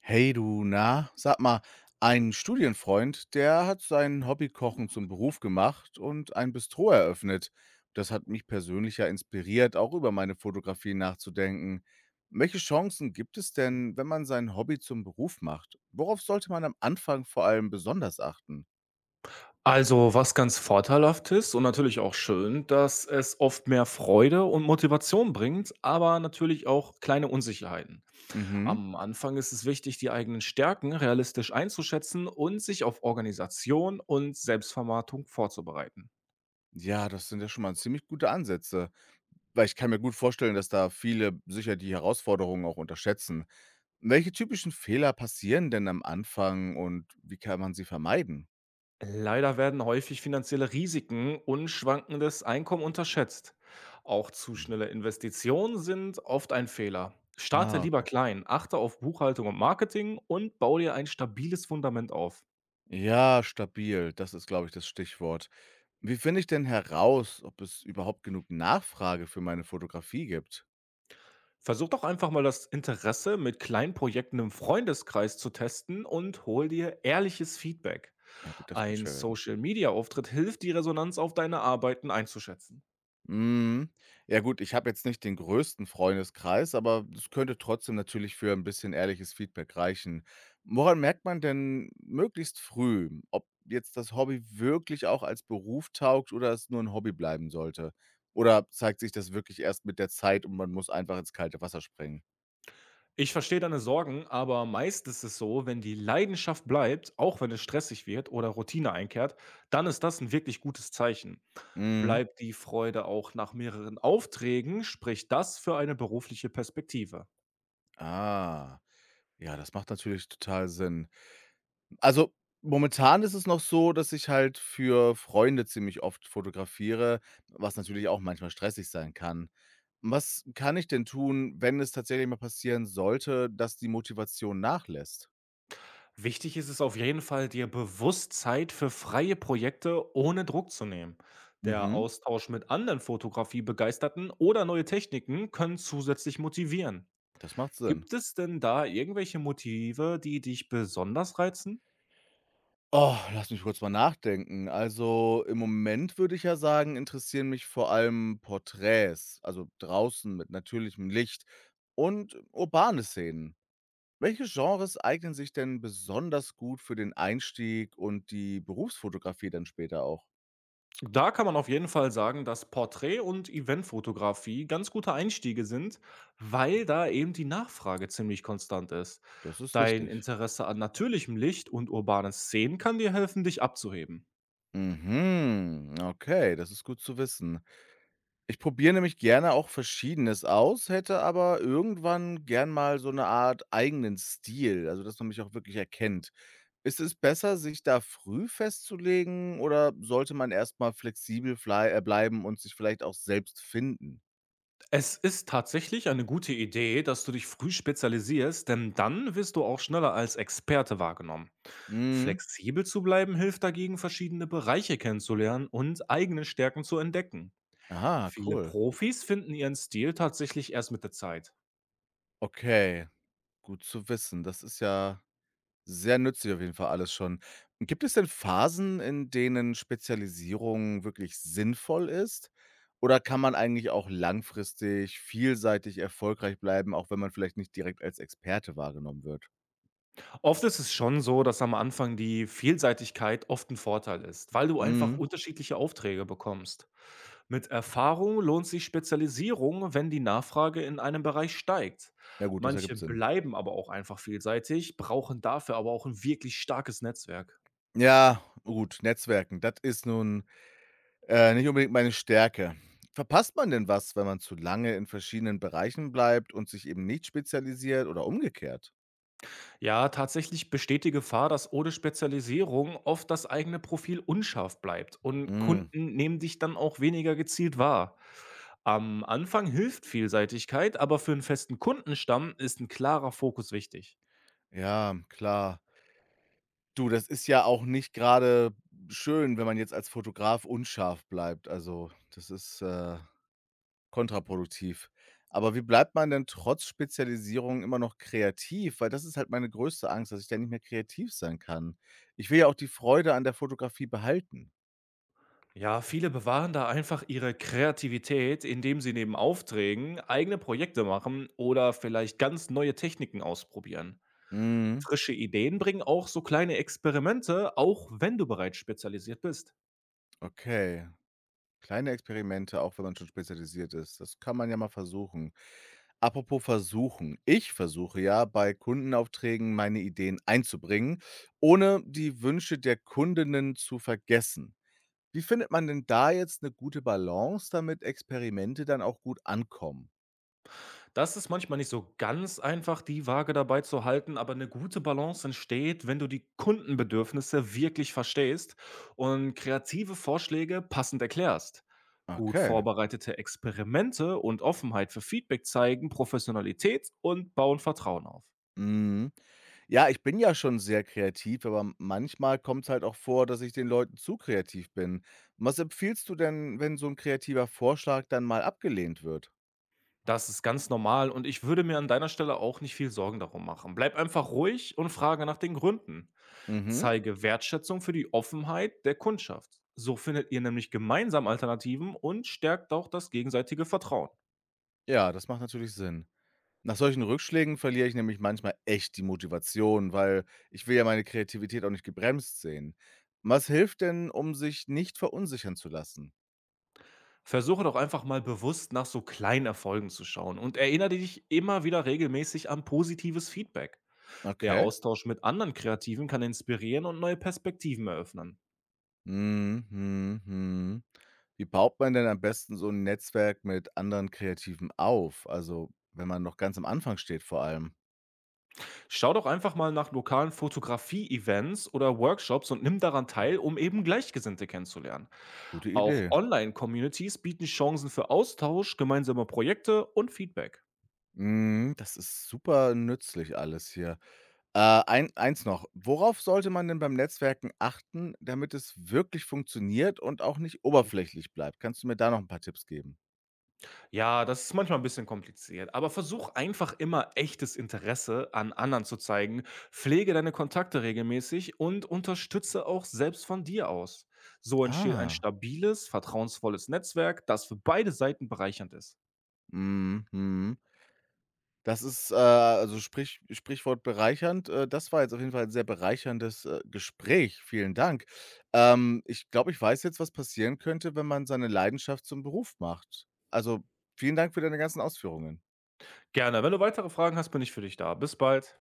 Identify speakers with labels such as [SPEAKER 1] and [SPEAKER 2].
[SPEAKER 1] Hey du, na, sag mal, ein Studienfreund, der hat sein Hobbykochen zum Beruf gemacht und ein Bistro eröffnet. Das hat mich persönlich ja inspiriert, auch über meine Fotografie nachzudenken. Welche Chancen gibt es denn, wenn man sein Hobby zum Beruf macht? Worauf sollte man am Anfang vor allem besonders achten?
[SPEAKER 2] Also, was ganz vorteilhaft ist und natürlich auch schön, dass es oft mehr Freude und Motivation bringt, aber natürlich auch kleine Unsicherheiten.
[SPEAKER 1] Mhm.
[SPEAKER 2] Am Anfang ist es wichtig, die eigenen Stärken realistisch einzuschätzen und sich auf Organisation und Selbstvermarktung vorzubereiten.
[SPEAKER 1] Ja, das sind ja schon mal ziemlich gute Ansätze. Weil ich kann mir gut vorstellen, dass da viele sicher die Herausforderungen auch unterschätzen. Welche typischen Fehler passieren denn am Anfang und wie kann man sie vermeiden?
[SPEAKER 2] Leider werden häufig finanzielle Risiken und schwankendes Einkommen unterschätzt. Auch zu
[SPEAKER 1] Mhm.
[SPEAKER 2] schnelle Investitionen sind oft ein Fehler. Starte
[SPEAKER 1] Ah,
[SPEAKER 2] lieber
[SPEAKER 1] okay.
[SPEAKER 2] klein, achte auf Buchhaltung und Marketing und baue dir ein stabiles Fundament auf.
[SPEAKER 1] Ja, stabil, das ist, glaube ich, das Stichwort. Wie finde ich denn heraus, ob es überhaupt genug Nachfrage für meine Fotografie gibt?
[SPEAKER 2] Versuch doch einfach mal das Interesse mit kleinen Projekten im Freundeskreis zu testen und hol dir ehrliches Feedback.
[SPEAKER 1] Ja gut, das wird
[SPEAKER 2] Ein
[SPEAKER 1] schwer werden.
[SPEAKER 2] Social-Media-Auftritt hilft, die Resonanz auf deine Arbeiten einzuschätzen.
[SPEAKER 1] Mhm. Ja gut, ich habe jetzt nicht den größten Freundeskreis, aber es könnte trotzdem natürlich für ein bisschen ehrliches Feedback reichen. Woran merkt man denn möglichst früh, ob jetzt das Hobby wirklich auch als Beruf taugt oder es nur ein Hobby bleiben sollte? Oder zeigt sich das wirklich erst mit der Zeit und man muss einfach ins kalte Wasser springen?
[SPEAKER 2] Ich verstehe deine Sorgen, aber meist ist es so, wenn die Leidenschaft bleibt, auch wenn es stressig wird oder Routine einkehrt, dann ist das ein wirklich gutes Zeichen.
[SPEAKER 1] Mhm.
[SPEAKER 2] Bleibt die Freude auch nach mehreren Aufträgen, spricht das für eine berufliche Perspektive.
[SPEAKER 1] Ah. Ja, das macht natürlich total Sinn. Also, momentan ist es noch so, dass ich halt für Freunde ziemlich oft fotografiere, was natürlich auch manchmal stressig sein kann. Was kann ich denn tun, wenn es tatsächlich mal passieren sollte, dass die Motivation nachlässt?
[SPEAKER 2] Wichtig ist es auf jeden Fall, dir bewusst Zeit für freie Projekte ohne Druck zu nehmen. Der
[SPEAKER 1] Mhm,
[SPEAKER 2] Austausch mit anderen Fotografiebegeisterten oder neue Techniken können zusätzlich motivieren.
[SPEAKER 1] das macht Sinn.
[SPEAKER 2] Gibt es denn da irgendwelche Motive, die dich besonders reizen?
[SPEAKER 1] Oh, lass mich kurz mal nachdenken. Also, im Moment würde ich ja sagen, interessieren mich vor allem Porträts, also draußen mit natürlichem Licht und urbane Szenen. Welche Genres eignen sich denn besonders gut für den Einstieg und die Berufsfotografie dann später auch?
[SPEAKER 2] Da kann man auf jeden Fall sagen, dass Porträt- und Eventfotografie ganz gute Einstiege sind, weil da eben die Nachfrage ziemlich konstant ist.
[SPEAKER 1] Das ist
[SPEAKER 2] Dein
[SPEAKER 1] wichtig.
[SPEAKER 2] Interesse an natürlichem Licht und urbanen Szenen kann dir helfen, dich abzuheben.
[SPEAKER 1] Mhm, okay, das ist gut zu wissen. Ich probiere nämlich gerne auch Verschiedenes aus, hätte aber irgendwann gern mal so eine Art eigenen Stil, also, dass man mich auch wirklich erkennt. Ist es besser, sich da früh festzulegen oder sollte man erst mal flexibel flei bleiben und sich vielleicht auch selbst finden?
[SPEAKER 2] Es ist tatsächlich eine gute Idee, dass du dich früh spezialisierst, denn dann wirst du auch schneller als Experte wahrgenommen.
[SPEAKER 1] Mhm.
[SPEAKER 2] Flexibel zu bleiben hilft dagegen, verschiedene Bereiche kennenzulernen und eigene Stärken zu entdecken.
[SPEAKER 1] Aha,
[SPEAKER 2] Viele
[SPEAKER 1] cool.
[SPEAKER 2] Profis finden ihren Stil tatsächlich erst mit der Zeit.
[SPEAKER 1] Okay. Gut zu wissen. Das ist ja sehr nützlich auf jeden Fall alles schon. Gibt es denn Phasen, in denen Spezialisierung wirklich sinnvoll ist? Oder kann man eigentlich auch langfristig vielseitig erfolgreich bleiben, auch wenn man vielleicht nicht direkt als Experte wahrgenommen wird?
[SPEAKER 2] Oft ist es schon so, dass am Anfang die Vielseitigkeit oft ein Vorteil ist, weil du einfach
[SPEAKER 1] Mhm.
[SPEAKER 2] unterschiedliche Aufträge bekommst. Mit Erfahrung lohnt sich Spezialisierung, wenn die Nachfrage in einem Bereich steigt.
[SPEAKER 1] Ja gut, das
[SPEAKER 2] Manche
[SPEAKER 1] ergibt Sinn.
[SPEAKER 2] bleiben aber auch einfach vielseitig, brauchen dafür aber auch ein wirklich starkes Netzwerk.
[SPEAKER 1] Ja, gut, Netzwerken, das ist nun, nicht unbedingt meine Stärke. Verpasst man denn was, wenn man zu lange in verschiedenen Bereichen bleibt und sich eben nicht spezialisiert oder umgekehrt?
[SPEAKER 2] Ja, tatsächlich besteht die Gefahr, dass ohne Spezialisierung oft das eigene Profil unscharf bleibt und
[SPEAKER 1] Mhm.
[SPEAKER 2] Kunden nehmen dich dann auch weniger gezielt wahr. Am Anfang hilft Vielseitigkeit, aber für einen festen Kundenstamm ist ein klarer Fokus wichtig.
[SPEAKER 1] Ja, klar. Du, das ist ja auch nicht gerade schön, wenn man jetzt als Fotograf unscharf bleibt. Also, das ist, kontraproduktiv. Aber wie bleibt man denn trotz Spezialisierung immer noch kreativ? Weil das ist halt meine größte Angst, dass ich da nicht mehr kreativ sein kann. Ich will ja auch die Freude an der Fotografie behalten.
[SPEAKER 2] Ja, viele bewahren da einfach ihre Kreativität, indem sie neben Aufträgen eigene Projekte machen oder vielleicht ganz neue Techniken ausprobieren.
[SPEAKER 1] Mhm,
[SPEAKER 2] Frische Ideen bringen auch so kleine Experimente, auch wenn du bereits spezialisiert bist.
[SPEAKER 1] okay. Kleine Experimente, auch wenn man schon spezialisiert ist. Das kann man ja mal versuchen. Apropos versuchen. Ich versuche ja, bei Kundenaufträgen meine Ideen einzubringen, ohne die Wünsche der Kundinnen zu vergessen. Wie findet man denn da jetzt eine gute Balance, damit Experimente dann auch gut ankommen?
[SPEAKER 2] Das ist manchmal nicht so ganz einfach, die Waage dabei zu halten, aber eine gute Balance entsteht, wenn du die Kundenbedürfnisse wirklich verstehst und kreative Vorschläge passend erklärst. Gut
[SPEAKER 1] Okay.
[SPEAKER 2] vorbereitete Experimente und Offenheit für Feedback zeigen Professionalität und bauen Vertrauen auf.
[SPEAKER 1] Mhm. Ja, ich bin ja schon sehr kreativ, aber manchmal kommt es halt auch vor, dass ich den Leuten zu kreativ bin. Was empfiehlst du denn, wenn so ein kreativer Vorschlag dann mal abgelehnt wird?
[SPEAKER 2] Das ist ganz normal und ich würde mir an deiner Stelle auch nicht viel Sorgen darum machen. Bleib einfach ruhig und frage nach den Gründen.
[SPEAKER 1] Mhm.
[SPEAKER 2] Zeige Wertschätzung für die Offenheit der Kundschaft. So findet ihr nämlich gemeinsam Alternativen und stärkt auch das gegenseitige Vertrauen.
[SPEAKER 1] Ja, das macht natürlich Sinn. Nach solchen Rückschlägen verliere ich nämlich manchmal echt die Motivation, weil ich will ja meine Kreativität auch nicht gebremst sehen. Was hilft denn, um sich nicht verunsichern zu lassen?
[SPEAKER 2] Versuche doch einfach mal bewusst nach so kleinen Erfolgen zu schauen und erinnere dich immer wieder regelmäßig an positives Feedback. Der
[SPEAKER 1] Okay.
[SPEAKER 2] Austausch mit anderen Kreativen kann inspirieren und neue Perspektiven eröffnen.
[SPEAKER 1] Mhm, mhm, mhm. Wie baut man denn am besten so ein Netzwerk mit anderen Kreativen auf? Also, wenn man noch ganz am Anfang steht vor allem.
[SPEAKER 2] Schau doch einfach mal nach lokalen Fotografie-Events oder Workshops und nimm daran teil, um eben Gleichgesinnte kennenzulernen.
[SPEAKER 1] Gute
[SPEAKER 2] Auch
[SPEAKER 1] Idee.
[SPEAKER 2] Online-Communities bieten Chancen für Austausch, gemeinsame Projekte und Feedback.
[SPEAKER 1] Mhm, das ist super nützlich alles hier. Eins noch. Worauf sollte man denn beim Netzwerken achten, damit es wirklich funktioniert und auch nicht oberflächlich bleibt? Kannst du mir da noch ein paar Tipps geben?
[SPEAKER 2] Ja, das ist manchmal ein bisschen kompliziert, aber versuch einfach immer echtes Interesse an anderen zu zeigen, pflege deine Kontakte regelmäßig und unterstütze auch selbst von dir aus. So entsteht ein
[SPEAKER 1] Ah,
[SPEAKER 2] stabiles, vertrauensvolles Netzwerk, das für beide Seiten bereichernd ist.
[SPEAKER 1] mhm, mhm. Das ist, also Sprichwort bereichernd. Das war jetzt auf jeden Fall ein sehr bereicherndes, Gespräch. Vielen Dank. Ich glaube, ich weiß jetzt, was passieren könnte, wenn man seine Leidenschaft zum Beruf macht. Also, vielen Dank für deine ganzen Ausführungen.
[SPEAKER 2] Gerne, wenn du weitere Fragen hast, bin ich für dich da. Bis bald.